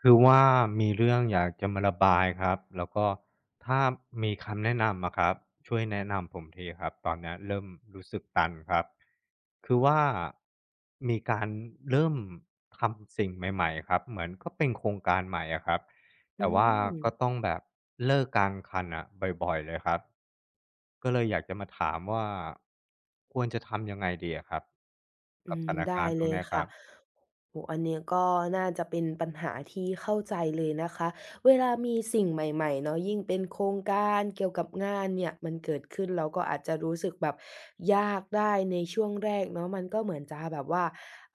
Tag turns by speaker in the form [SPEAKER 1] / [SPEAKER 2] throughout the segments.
[SPEAKER 1] คือว่ามีเรื่องอยากจะมาระบายครับแล้วก็ถ้ามีคำแนะนำอะครับช่วยแนะนำผมทีครับตอนเนี้ยเริ่มรู้สึกตันครับคือว่ามีการเริ่มทำสิ่งใหม่ๆครับเหมือนก็เป็นโครงการใหม่อะครับ
[SPEAKER 2] อื
[SPEAKER 1] แต่ว่า
[SPEAKER 2] ม
[SPEAKER 1] ก็ต้องแบบเลิกกลางคันอะบ่อยๆเลยครับก็เลยอยากจะมาถามว่าควรจะทำยังไงดีอะครับกั
[SPEAKER 2] อื
[SPEAKER 1] บส
[SPEAKER 2] ม
[SPEAKER 1] ถาน
[SPEAKER 2] ได้
[SPEAKER 1] การณ์ตร
[SPEAKER 2] เล
[SPEAKER 1] ง
[SPEAKER 2] ย
[SPEAKER 1] เนี้ยครั
[SPEAKER 2] ค่ะ
[SPEAKER 1] บ
[SPEAKER 2] โอ้โฮอันนี้ก็น่าจะเป็นปัญหาที่เข้าใจเลยนะคะเวลามีสิ่งใหม่ๆเนาะยิ่งเป็นโครงการเกี่ยวกับงานเนี่ยมันเกิดขึ้นเราก็อาจจะรู้สึกแบบยากได้ในช่วงแรกเนาะมันก็เหมือนจะแบบว่า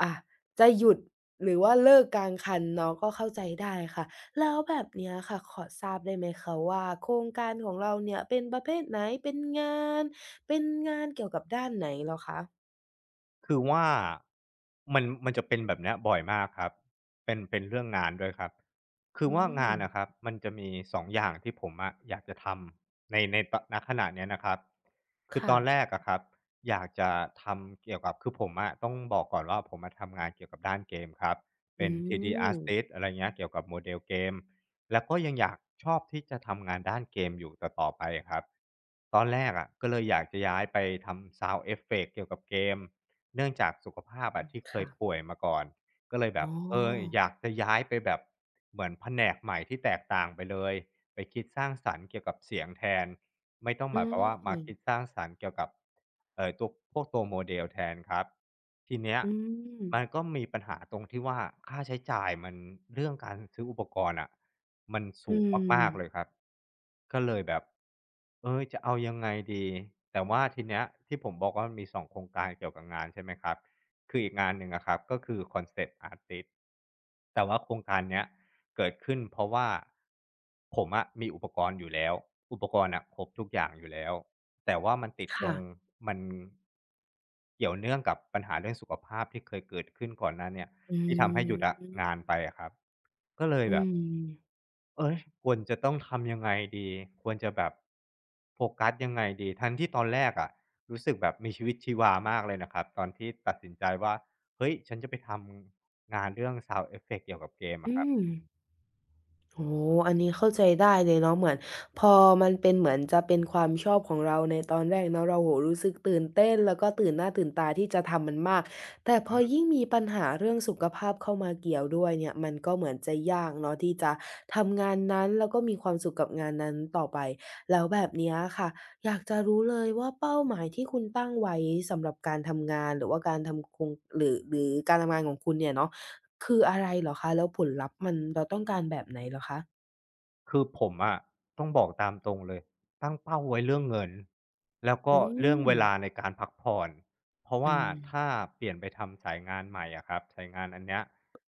[SPEAKER 2] อะจะหยุดหรือว่าเลิกกลางคันเนาะก็เข้าใจได้ค่ะแล้วแบบเนี้ยค่ะขอทราบได้ไหมคะว่าโครงการของเราเนี่ยเป็นประเภทไหนเป็นงานเกี่ยวกับด้านไหนเหรอคะ
[SPEAKER 1] คือว่ามันจะเป็นแบบเนี้ยบ่อยมากครับเป็นเรื่องงานด้วยครับคือ
[SPEAKER 2] อื
[SPEAKER 1] ว่า
[SPEAKER 2] ม
[SPEAKER 1] งานนะครับมันจะมีสองอย่างที่ผมอะอยากจะทำในตอนณขณะเนี้ยนะครับคือต
[SPEAKER 2] ค่ะ
[SPEAKER 1] อนแรกอะครับอยากจะทำเกี่ยวกับคือผมอะต้องบอกก่อนว่าผมมาทำงานเกี่ยวกับด้านเกมครับเป็
[SPEAKER 2] อื
[SPEAKER 1] น 3D
[SPEAKER 2] ม
[SPEAKER 1] Artist อะไรเงี้ยเกี่ยวกับโมเดลเกมแล้วก็ยังอยากชอบที่จะทำงานด้านเกมอยู่ต่อไปครับตอนแรกอะก็เลยอยากจะย้ายไปทำ Sound effect เกี่ยวกับเกม เนื่องจากสุขภาพ
[SPEAKER 2] อื
[SPEAKER 1] อะ
[SPEAKER 2] ม
[SPEAKER 1] ที่เคย
[SPEAKER 2] ค่ะ
[SPEAKER 1] ป่วยมาก่อนก็เลยแบ
[SPEAKER 2] อ๋
[SPEAKER 1] บ
[SPEAKER 2] อ
[SPEAKER 1] เอออยากจะย้ายไปแบบเหมือนแผนกใหม่ที่แตกต่างไปเลยไปคิดสร้างสรรค์เกี่ยวกับเสียงแทน ไม่ต้องห
[SPEAKER 2] อื
[SPEAKER 1] มายความว่า
[SPEAKER 2] ม
[SPEAKER 1] มาคิดสร้างสรรค์เกี่ยวกับตัวพวกตัวโมเดลแทนครับทีเนี้ย
[SPEAKER 2] อืม
[SPEAKER 1] มันก็มีปัญหาตรงที่ว่าค่าใช้จ่ายมันเรื่องการซื้ออุปกรณ์อะมัน
[SPEAKER 2] อื
[SPEAKER 1] สูงมากๆเลย
[SPEAKER 2] ม
[SPEAKER 1] ครับก็เลยแบบเออจะเอายังไงดีแต่ว่าทีเนี้ยที่ผมบอกว่ามันมี2โครงการเกี่ยวกับงานใช่ไหมครับคืออีกงานหนึ่งอะครับก็คือ Concept Artist แต่ว่าโครงการเนี้ย เกิดขึ้นเพราะว่าผมอะมีอุปกรณ์อยู่แล้วอุปกรณ์อะครบทุกอย่างอยู่แล้วแต่ว่ามันติดตร
[SPEAKER 2] ค่ะ
[SPEAKER 1] งมันเกี่ยวเนื่องกับปัญหาเรื่องสุขภาพที่เคยเกิดขึ้นก่อนหน้าเนี่ย
[SPEAKER 2] อื
[SPEAKER 1] ที่ทำให้หยุดอะงาน
[SPEAKER 2] ม
[SPEAKER 1] ไปอะครับก็เลย
[SPEAKER 2] อื
[SPEAKER 1] แบบ
[SPEAKER 2] ม
[SPEAKER 1] เฮ้ยควรจะต้องทำยังไงดีควรจะแบบโฟกัสยังไงดีทั้งที่ตอนแรกอะรู้สึกแบบมีชีวิตชีวามากเลยนะครับตอนที่ตัดสินใจว่าเฮ้ยฉันจะไปทำงานเรื่อง Sound Effect เกี่ยวกับเกมอะ
[SPEAKER 2] อื
[SPEAKER 1] ครับ
[SPEAKER 2] ม โอ้โฮอันนี้เข้าใจได้เลยเนาะเหมือนพอมันเป็นเหมือนจะเป็นความชอบของเราในตอนแรกเนาะเราโอ้โฮรู้สึกตื่นเต้นแล้วก็ตื่นหน้าตื่นตาที่จะทำมันมากแต่พอยิ่งมีปัญหาเรื่องสุขภาพเข้ามาเกี่ยวด้วยเนี่ยมันก็เหมือนจะยากเนาะที่จะทำงานนั้นแล้วก็มีความสุขกับงานนั้นต่อไปแล้วแบบเนี้ยค่ะอยากจะรู้เลยว่าเป้าหมายที่คุณตั้งไว้สำหรับการทำงานหรือว่าการทำคงหรือการทำงานของคุณเนี่ยเนาะคืออะไรเหรอคะแล้วผลลัพธ์มันเราต้องการแบบไหนเหรอคะ
[SPEAKER 1] คือผมอะต้องบอกตามตรงเลยตั้งเป้าไว้เรื่องเงินแล้วก็
[SPEAKER 2] อื
[SPEAKER 1] เรื่อง
[SPEAKER 2] ม
[SPEAKER 1] เวลาในการพักผ่อนเพราะ
[SPEAKER 2] อื
[SPEAKER 1] ว่า
[SPEAKER 2] ม
[SPEAKER 1] ถ้าเปลี่ยนไปทำสายงานใหม่อะครับสายงานอันเนี้ย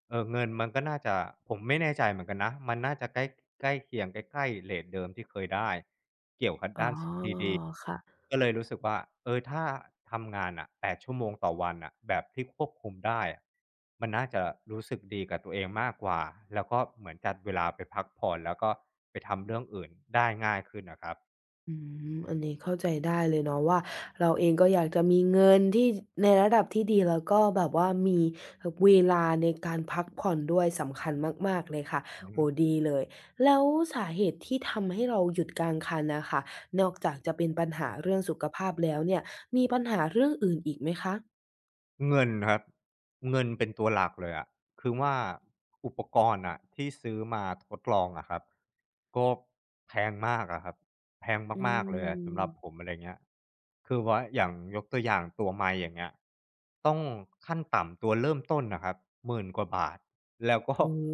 [SPEAKER 1] เออเงินมันก็น่าจะผมไม่แน่ใจเหมือนกันนะมันน่าจะใกล้ใกล้เคียงใกล้ๆเรทเดิมที่เคยได้เกี่ยวกับ
[SPEAKER 2] อ๋อ
[SPEAKER 1] ด้าน
[SPEAKER 2] ค่ะ
[SPEAKER 1] ก็เลยรู้สึกว่าเออถ้าทำงานน่ะ8ชั่วโมงต่อวันน่ะแบบที่ควบคุมได้อะมันน่าจะรู้สึกดีกับตัวเองมากกว่าแล้วก็เหมือนจัดเวลาไปพักผ่อนแล้วก็ไปทำเรื่องอื่นได้ง่ายขึ้นน่ะครับ
[SPEAKER 2] อืมอันนี้เข้าใจได้เลยเนาะว่าเราเองก็อยากจะมีเงินที่ในระดับที่ดีแล้วก็แบบว่ามีอเวลาในการพักผ่อนด้วยสำคัญมากๆเลยค่ะ
[SPEAKER 1] อือฮึ
[SPEAKER 2] โอ้โฮดีเลย แล้วสาเหตุที่ทำให้เราหยุดกลางคันน่ะค่ะนอกจากจะเป็นปัญหาเรื่องสุขภาพแล้วเนี่ยมีปัญหาเรื่องอื่นอีกไหมคะ
[SPEAKER 1] เงินครับเงินเป็นตัวหลักเลยอะคือว่าอุปกรณ์อะที่ซื้อมาทดลองอะครับก็แพงมากอะครับแพง
[SPEAKER 2] อื
[SPEAKER 1] มากๆเลยอะสำ
[SPEAKER 2] ม
[SPEAKER 1] หรับผมอะไรเงี้ยคือว่าอย่างยกตัวอย่างตัวไมค์อย่างเงี้ยต้องขั้นต่ำตัวเริ่มต้นน่ะครับหมื่นกว่าบาทแล้วก็
[SPEAKER 2] โอ้โ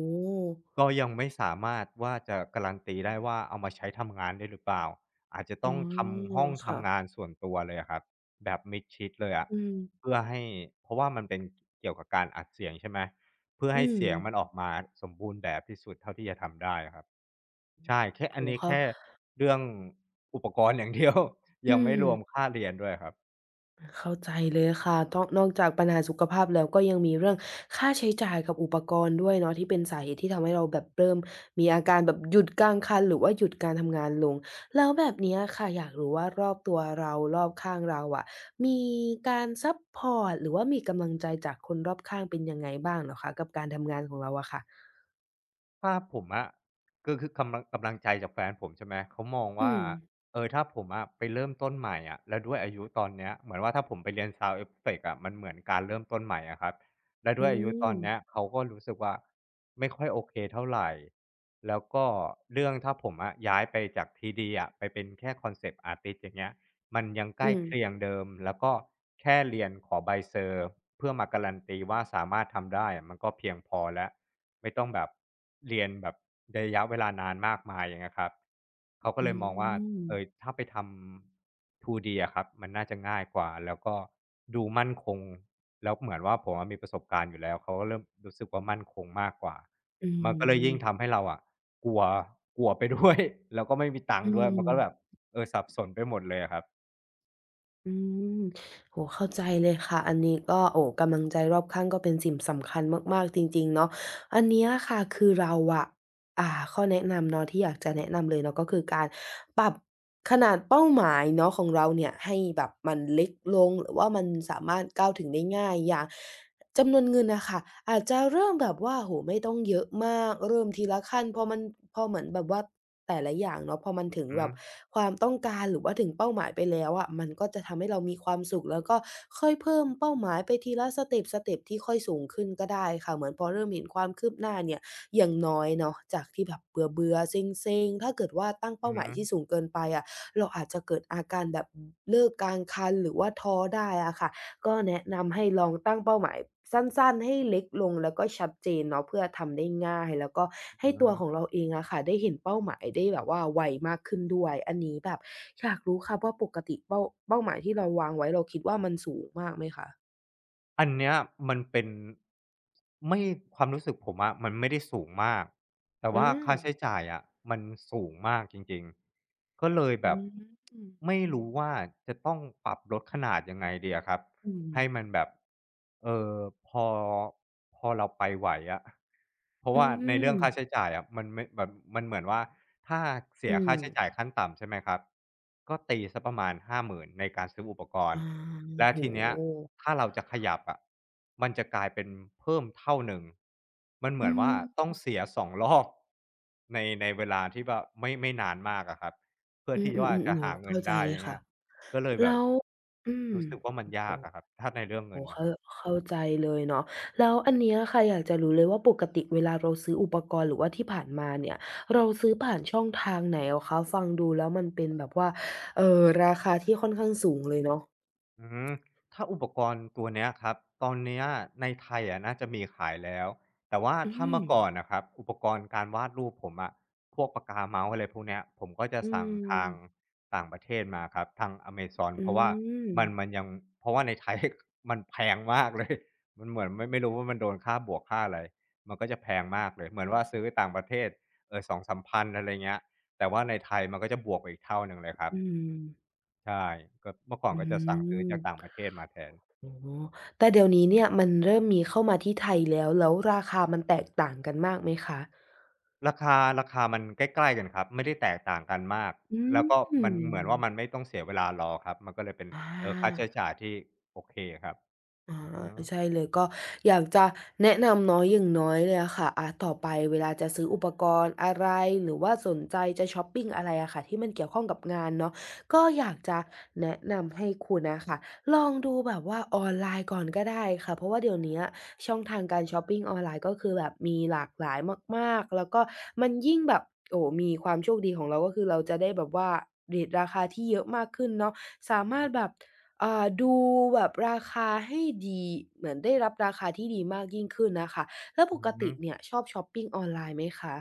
[SPEAKER 2] ฮ
[SPEAKER 1] ก็ยังไม่สามารถว่าจะการันตีได้ว่าเอามาใช้ทำงานได้หรือเปล่าอาจจะ
[SPEAKER 2] อ๋
[SPEAKER 1] ต้
[SPEAKER 2] อ
[SPEAKER 1] องทำห้อง
[SPEAKER 2] ค่ะ
[SPEAKER 1] ทำงานส่วนตัวเลยอะครับ แบบมิดชิดเลยอะ
[SPEAKER 2] อืม
[SPEAKER 1] เพื่อให้เพราะว่ามันเป็นเกี่ยวกับการอัดเสียงใช่ไหมเพื่อ
[SPEAKER 2] อื
[SPEAKER 1] ให้
[SPEAKER 2] ม
[SPEAKER 1] เสียงมันออกมาสมบูรณ์แบบที่สุดเท่าที่จะทำได้อะครับใช่แค่อัน
[SPEAKER 2] โอ้โฮ
[SPEAKER 1] นี้
[SPEAKER 2] เข้า
[SPEAKER 1] แค่เรื่องอุปกรณ์อย่าง เดียว
[SPEAKER 2] อื
[SPEAKER 1] ยังไม่รวม
[SPEAKER 2] ม
[SPEAKER 1] ค่าเรียนด้วยครับ
[SPEAKER 2] เข้าใจเลยค่ะต้องนอกจากปัญหาสุขภาพแล้วก็ยังมีเรื่องค่าใช้จ่ายกับอุปกรณ์ด้วยเนาะที่เป็นสาเหตุที่ทำให้เราแบบเริ่มมีอาการแบบหยุดกลางคันหรือว่าหยุดการทำงานลงแล้วแบบเนี้ยค่ะอยากรู้ว่ารอบตัวเรารอบข้างเราอะมีการซัปพอร์ตหรือว่ามีกำลังใจจากคนรอบข้างเป็นยังไงบ้างเหรอคะกับการทำงานของเราอะค่ะ
[SPEAKER 1] ถ้าผมอะก็คือกำลังใจจากแฟนผมใช่ไหมเขามอง
[SPEAKER 2] อื
[SPEAKER 1] ว่า
[SPEAKER 2] ม
[SPEAKER 1] เออถ้าผมอะไปเริ่มต้นใหม่อะแล้วด้วยอายุตอนเนี้ยเหมือนว่าถ้าผมไปเรียน Sound Effects อะมันเหมือนการเริ่มต้นใหม่อะครับแล้วด้วย
[SPEAKER 2] อื
[SPEAKER 1] อายุตอ
[SPEAKER 2] ม
[SPEAKER 1] นเนี้ยเขาก็รู้สึกว่าไม่ค่อยโอเคเท่าไรแล้วก็เรื่องถ้าผมอะย้ายไปจาก TD อะไปเป็นแค่ Concept Artist อย่างเงี้ยมันยังใกล้
[SPEAKER 2] อืม
[SPEAKER 1] เคียงเดิมแล้วก็แค่เรียนขอใบเซอร์เพื่อมาการันตีว่าสามารถทำได้อะมันก็เพียงพอแล้ว ไม่ต้องแบบเรียนแบบระยะเวลานานมากมายอย่างเงี้ยครับเขาก็เล
[SPEAKER 2] อื
[SPEAKER 1] ยมองว่าเออ
[SPEAKER 2] ม
[SPEAKER 1] ถ้าไปทำ 2D อะครับมันน่าจะง่ายกว่าแล้วก็ดูมั่นคงแล้วเหมือนว่าผมอะมีประสบการณ์อยู่แล้วเขาก็เริ่มรู้สึกว่ามั่นคงมากกว่า
[SPEAKER 2] อื
[SPEAKER 1] มันก็เลย
[SPEAKER 2] ม
[SPEAKER 1] ยิ่งทำให้เราอะกลัวกลัวไปด้วย แล้วก็ไม่มีตัง
[SPEAKER 2] อื
[SPEAKER 1] ค์ด้วยมันก็แบบ
[SPEAKER 2] ม
[SPEAKER 1] เออสับสนไปหมดเลยอะครับ
[SPEAKER 2] อืมโหเข้าใจเลยค่ะอันนี้ก็โอ้กำลังใจรอบข้างก็เป็นสิ่งสำคัญมากๆจริงๆเนาะอันเนี้ยค่ะคือเราอะข้อแนะนำเนาะที่อยากจะแนะนำเลยเนาะก็คือการปรับขนาดเป้าหมายเนาะของเราเนี่ยให้แบบมันเล็กลงหรือว่ามันสามารถก้าวถึงได้ง่ายอย่าง จำนวนเงินนะค่ะอาจจะเริ่มแบบว่าโอ้โฮไม่ต้องเยอะมากเริ่มทีละขั้นพอมันพอเหมือนแบบว่าแต่ละอย่างเนาะพอมันถึง
[SPEAKER 1] อือฮึ
[SPEAKER 2] แบบความต้องการหรือว่าถึงเป้าหมายไปแล้วอะมันก็จะทำให้เรามีความสุขแล้วก็ค่อยเพิ่มเป้าหมายไปทีละสเต็ปสเต็ปที่ค่อยสูงขึ้นก็ได้ค่ะเหมือนพอเริ่มเห็นความคืบหน้าเนี่ยอย่างน้อยเนาะจากที่แบบเบื่อๆเซ็งๆถ้าเกิดว่าตั้ง
[SPEAKER 1] อือ
[SPEAKER 2] เป้าห
[SPEAKER 1] ฮึ
[SPEAKER 2] มายที่สูงเกินไปอะเราอาจจะเกิดอาการแบบเลิกกลางคันหรือว่าท้อได้อะค่ะ ก็แนะนำให้ลองตั้งเป้าหมายสั้นๆให้เล็กลงแล้วก็ชัดเจนเนาะเพื่อทำได้ง่ายแล้วก็
[SPEAKER 1] อื
[SPEAKER 2] ให้ตัวข
[SPEAKER 1] อ
[SPEAKER 2] องเราเองอะค่ะได้เห็นเป้าหมายได้แบบว่าไวมากขึ้นด้วยอันนี้แบบอยากรู้ค่ะว่าปกติเป้าหมายที่เราวางไว้เราคิดว่ามันสูงมากไหมคะ
[SPEAKER 1] อันเนี้ยมันเป็นไม่ความรู้สึกผมอะมันไม่ได้สูงมากแต่
[SPEAKER 2] อา
[SPEAKER 1] ว่าค่าใช้จ่ายอะมันสูงมากจริงๆก็เลยแบ
[SPEAKER 2] อื
[SPEAKER 1] บ
[SPEAKER 2] มอืม
[SPEAKER 1] ไม่รู้ว่าจะต้องปรับลดขนาดยังไงดีอะครับ
[SPEAKER 2] อื
[SPEAKER 1] ให้มั
[SPEAKER 2] ม
[SPEAKER 1] นแบบเอ่อพอพอเราไปไหวอะเพราะว่าในเรื่องค่าใช้จ่ายอะมันไม่แบบมันเหมือนว่า ถ้าเสี
[SPEAKER 2] อื
[SPEAKER 1] ยค่า
[SPEAKER 2] ม
[SPEAKER 1] ใช้จ่ายขั้นต่ำใช่ไหมครับ ก็ตีสักประมาณ50,000ในการซื้ออุปกร
[SPEAKER 2] อา
[SPEAKER 1] ณ์
[SPEAKER 2] โอ้
[SPEAKER 1] และ
[SPEAKER 2] โ
[SPEAKER 1] ทีเนี้ย
[SPEAKER 2] ฮ
[SPEAKER 1] ถ้าเราจะขยับอะมันจะกลายเป็นเพิ่มเท่าหนึ่ง มันเหมื
[SPEAKER 2] อื
[SPEAKER 1] อนว่าต้อ
[SPEAKER 2] ม
[SPEAKER 1] งเสีย2รอบในเวลาที่แบบไม่นานมากอะครับเพื่อ
[SPEAKER 2] อื
[SPEAKER 1] ที่ว่า
[SPEAKER 2] อๆๆๆ
[SPEAKER 1] จะ
[SPEAKER 2] โอ้โฮ
[SPEAKER 1] หาเงิน
[SPEAKER 2] เข้าใจ
[SPEAKER 1] ได้
[SPEAKER 2] เล
[SPEAKER 1] อ
[SPEAKER 2] ย
[SPEAKER 1] ย่างเงี้
[SPEAKER 2] ค่ะ
[SPEAKER 1] ยก็เลยแบ
[SPEAKER 2] แล้
[SPEAKER 1] บ
[SPEAKER 2] วอืม
[SPEAKER 1] รู้สึกว่ามัน
[SPEAKER 2] โอ้โฮ
[SPEAKER 1] ยากอะครับถ้าในเรื่องเงิน
[SPEAKER 2] โอ้โฮ
[SPEAKER 1] นะค
[SPEAKER 2] เข้า
[SPEAKER 1] รับ
[SPEAKER 2] เข้าใจเลยเนาะแล้วอันเนี้ยค่ะอยากจะรู้เลยว่าปกติเวลาเราซื้ออุปกรณ์หรือว่าที่ผ่านมาเนี่ยเราซื้อผ่านช่องทางไหนเหรอคะฟังดูแล้วมันเป็นแบบว่าราคาที่ค่อนข้างสูงเลยเนาะ
[SPEAKER 1] อืมถ้าอุปกรณ์ตัวเนี้ยครับตอนเนี้ยในไทยอะน่าจะมีขายแล้วแต่ว่า
[SPEAKER 2] อื
[SPEAKER 1] ถ้า
[SPEAKER 2] ม
[SPEAKER 1] เมื่อก่อนนะครับอุปกรณ์การวาดรูปผมอะพวกปากกาเมาส์อะไรพวกเนี้ยผมก็จะ
[SPEAKER 2] อื
[SPEAKER 1] สั่งทาง
[SPEAKER 2] ม
[SPEAKER 1] ต่างประเทศมาครับทางอเมซอนเพ
[SPEAKER 2] อื
[SPEAKER 1] ราะว่า
[SPEAKER 2] ม
[SPEAKER 1] มันยังเพราะว่าในไทย มันแพงมากเลยมันเหมือนไม่รู้ว่ามันโดนค่าบวกค่าอะไรมันก็จะแพงมากเลยเหมือนว่าซื้อต่างประเทศเออสองสามพันอะไรเงี้ยแต่ว่าในไทยมันก็จะบวกไปอีกเท่าหนึ่งเลยครับ
[SPEAKER 2] อืม
[SPEAKER 1] ใช่ก็เมื่อก่อน
[SPEAKER 2] อื
[SPEAKER 1] ก็จะสั่งซื้อจากต่างป
[SPEAKER 2] ม
[SPEAKER 1] ระเทศมาแทน
[SPEAKER 2] อ๋อแต่เดี๋ยวนี้เนี่ยมันเริ่มมีเข้ามาที่ไทยแล้วแล้วราคามันแตกต่างกันมากไหมคะ
[SPEAKER 1] ราคามันใกล้ๆกันครับไม่ได้แตกต่างกันมาก
[SPEAKER 2] อื
[SPEAKER 1] แล้วก็
[SPEAKER 2] ม
[SPEAKER 1] มันเหมือนว่ามันไม่ต้องเสียเวลารอครับมันก็เลยเป็น
[SPEAKER 2] อ
[SPEAKER 1] ค่าใช้
[SPEAKER 2] า
[SPEAKER 1] จ่ายที่โอเคครับ
[SPEAKER 2] อ
[SPEAKER 1] อือฮึ
[SPEAKER 2] าใช่เลยก็อยากจะแนะนำเนอยอย่างน้อยเลยอะค่ะต่อไปเวลาจะซื้ออุปกรณ์อะไรหรือว่าสนใจจะช้อปปิ้งอะไรอะค่ะที่มันเกี่ยวข้องกับงานเนาะก็อยากจะแนะนำให้คุณนะค่ะลองดูแบบว่าออนไลน์ก่อนก็ได้ค่ะเพราะว่าเดี๋ยวนี้ช่องทางการช้อปปิ้งออนไลน์ก็คือแบบมีหลากหลายมากๆแล้วก็มันยิ่งแบบโอ้มีความโชคดีของเราก็คือเราจะได้แบบว่าเรตราคาที่เยอะมากขึ้นเนาะสามารถแบบ อ่าดูแบบราคาให้ดีเหมือนได้รับราคาที่ดีมากยิ่งขึ้นน่ะค่ะแล้วป
[SPEAKER 1] อื
[SPEAKER 2] ก
[SPEAKER 1] อฮึ
[SPEAKER 2] ติเนี่ยชอบช็อปปิงออนไลน์ไหมคะ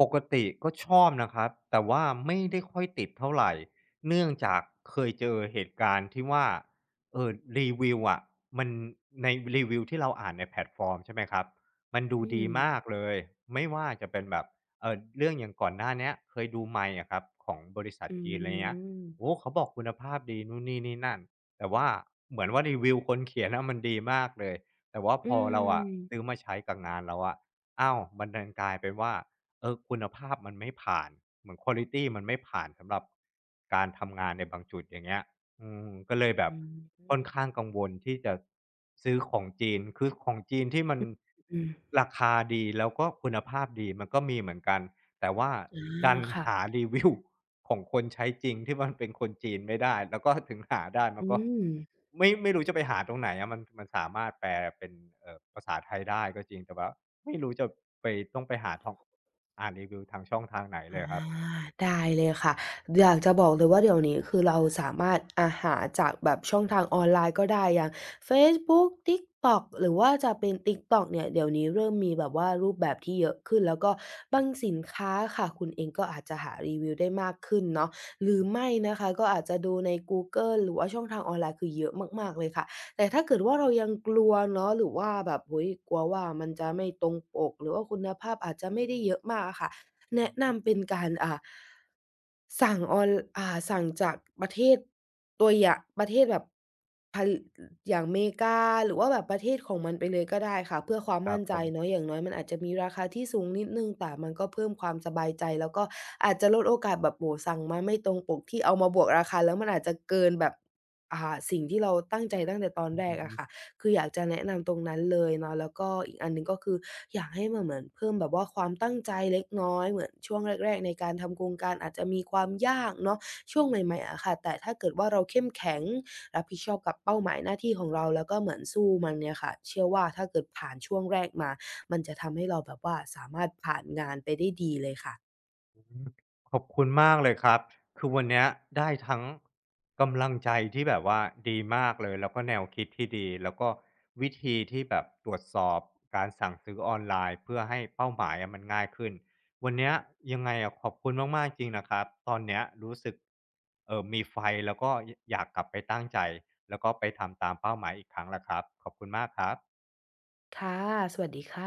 [SPEAKER 1] ปกติก็ชอบนะครับแต่ว่าไม่ได้ค่อยติดเท่าไหร่เนื่องจากเคยเจอเหตุการณ์ที่ว่าเออรีวิวอะมันในรีวิวที่เราอ่านในแพลตฟอร์มใช่ไหมครับมันดู
[SPEAKER 2] อื
[SPEAKER 1] ดี
[SPEAKER 2] ม
[SPEAKER 1] มากเลยไม่ว่าจะเป็นแบบเรื่องอย่างก่อนหน้าเนี้ยเคยดู MIND อะครับของบริษัท
[SPEAKER 2] อื
[SPEAKER 1] จีนไรเงี้ย
[SPEAKER 2] ม
[SPEAKER 1] โอ้โฮเขาบอกคุณภาพดีนู่นนี่นี่นั่นแต่ว่าเหมือนว่ารีวิวคนเขียนอะมันดีมากเลยแต่ว่าพ
[SPEAKER 2] อื
[SPEAKER 1] อเรา
[SPEAKER 2] ม
[SPEAKER 1] อะซื้อมาใช้กับงานเราอะอ้าวมันดันกลายเป็นว่า เออคุณภาพมันไม่ผ่านเหมือนควณลิตีมันไม่ผ่านสำหรับการทำงานในบางจุดอย่างเงี้ยอืมก็เลยแบ
[SPEAKER 2] อ
[SPEAKER 1] บ
[SPEAKER 2] ื
[SPEAKER 1] ค่อนข้างกังวลที่จะซื้อของจีนคือของจีนที่มัน
[SPEAKER 2] ม
[SPEAKER 1] ราคาดีแล้วก็คุณภาพดีมันก็มีเหมือนกัน แต่ว่า
[SPEAKER 2] อา
[SPEAKER 1] ดัน
[SPEAKER 2] ค่ะ
[SPEAKER 1] หารีวิวของคนใช้จริงที่มันเป็นคนจีนไม่ได้แล้วก็ถึงหาได้มัน
[SPEAKER 2] อื
[SPEAKER 1] ก็
[SPEAKER 2] ม
[SPEAKER 1] ไม่รู้จะไปหาตรงไหนอะมันสามารถแปลเป็นภาษาไทยได้ก็จริงแต่ว่าไม่รู้จะไปต้องไปหาท่องอ่านรีวิวทางช่องทางไหนเลย
[SPEAKER 2] อา
[SPEAKER 1] ครับ
[SPEAKER 2] ได้เลยค่ะอยากจะบอกเลยว่าเดี๋ยวนี้คือเราสามารถหาจากแบบช่องทางออนไลน์ก็ได้อย่างเฟซบุ๊ก TikTok หรือว่าจะเป็น TikTok เนี่ยเดี๋ยวนี้เริ่มมีแบบว่ารูปแบบที่เยอะขึ้นแล้วก็บางสินค้าค่ะคุณเองก็อาจจะหารีวิวได้มากขึ้นเนาะหรือไม่นะคะก็อาจจะดูในกูเกิลหรือว่าช่องทางออนไลน์คือเยอะมากๆเลยค่ะแต่ถ้าเกิดว่าเรายังกลัวเนาะหรือว่าแบบโอ้โฮกลัวว่ามันจะไม่ตรงปกหรือว่าคุณภาพอาจจะไม่ได้เยอะมากอะค่ะ แนะนำเป็นการสั่งออนสั่งจากประเทศตัวอย่างประเทศแบบพันอย่างเมรกาหรือว่าแบบประเทศของมันไปเลยก็ได้ค่ะเพื่อความ
[SPEAKER 1] ครับ
[SPEAKER 2] มั่น
[SPEAKER 1] ผ
[SPEAKER 2] ใจ
[SPEAKER 1] ม
[SPEAKER 2] เนาะอย่างน้อยมันอาจจะมีราคาที่สูงนิดหนึ่งแต่มันก็เพิ่มความสบายใจแล้วก็อาจจะลดโอกาสแบบโอ้โฮสั่งมาไม่ตรงปกที่เอามาบวกราคาแล้วมันอาจจะเกินแบบสิ่งที่เราตั้งใจตั้งแต่ตอน
[SPEAKER 1] อือ
[SPEAKER 2] แรก
[SPEAKER 1] ฮึ
[SPEAKER 2] อะค่ะ คืออยากจะแนะนำตรงนั้นเลยเนาะแล้วก็อีกอันหนึ่งก็คืออยากให้มันเหมือนเพิ่มแบบว่าความตั้งใจเล็กน้อยเหมือนช่วงแรกๆในการทำโครงการอาจจะมีความยากเนาะช่วงใหม่ๆอะค่ะแต่ถ้าเกิดว่าเราเข้มแข็งรับผิดชอบกับเป้าหมายหน้าที่ของเราแล้วก็เหมือนสู้มันเนี่ยค่ะเชื่อว่าถ้าเกิดผ่านช่วงแรกมามันจะทำให้เราแบบว่าสามารถผ่านงานไปได้ดีเลยค่ะ
[SPEAKER 1] อืมขอบคุณมากเลยครับคือวันเนี้ยได้ทั้งกำลังใจที่แบบว่าดีมากเลยแล้วก็แนวคิดที่ดีแล้วก็วิธีที่แบบตรวจสอบการสั่งซื้อออนไลน์เพื่อให้เป้าหมายอะมันง่ายขึ้นวันเนี้ยยังไงอะขอบคุณมากๆจริงนะครับตอนเนี้ยรู้สึกมีไฟแล้วก็ยอยากกลับไปตั้งใจแล้วก็ไปทำตามเป้าหมายอีกครั้งแล้วครับขอบคุณมากครับ
[SPEAKER 2] ค่ะสวัสดีค่ะ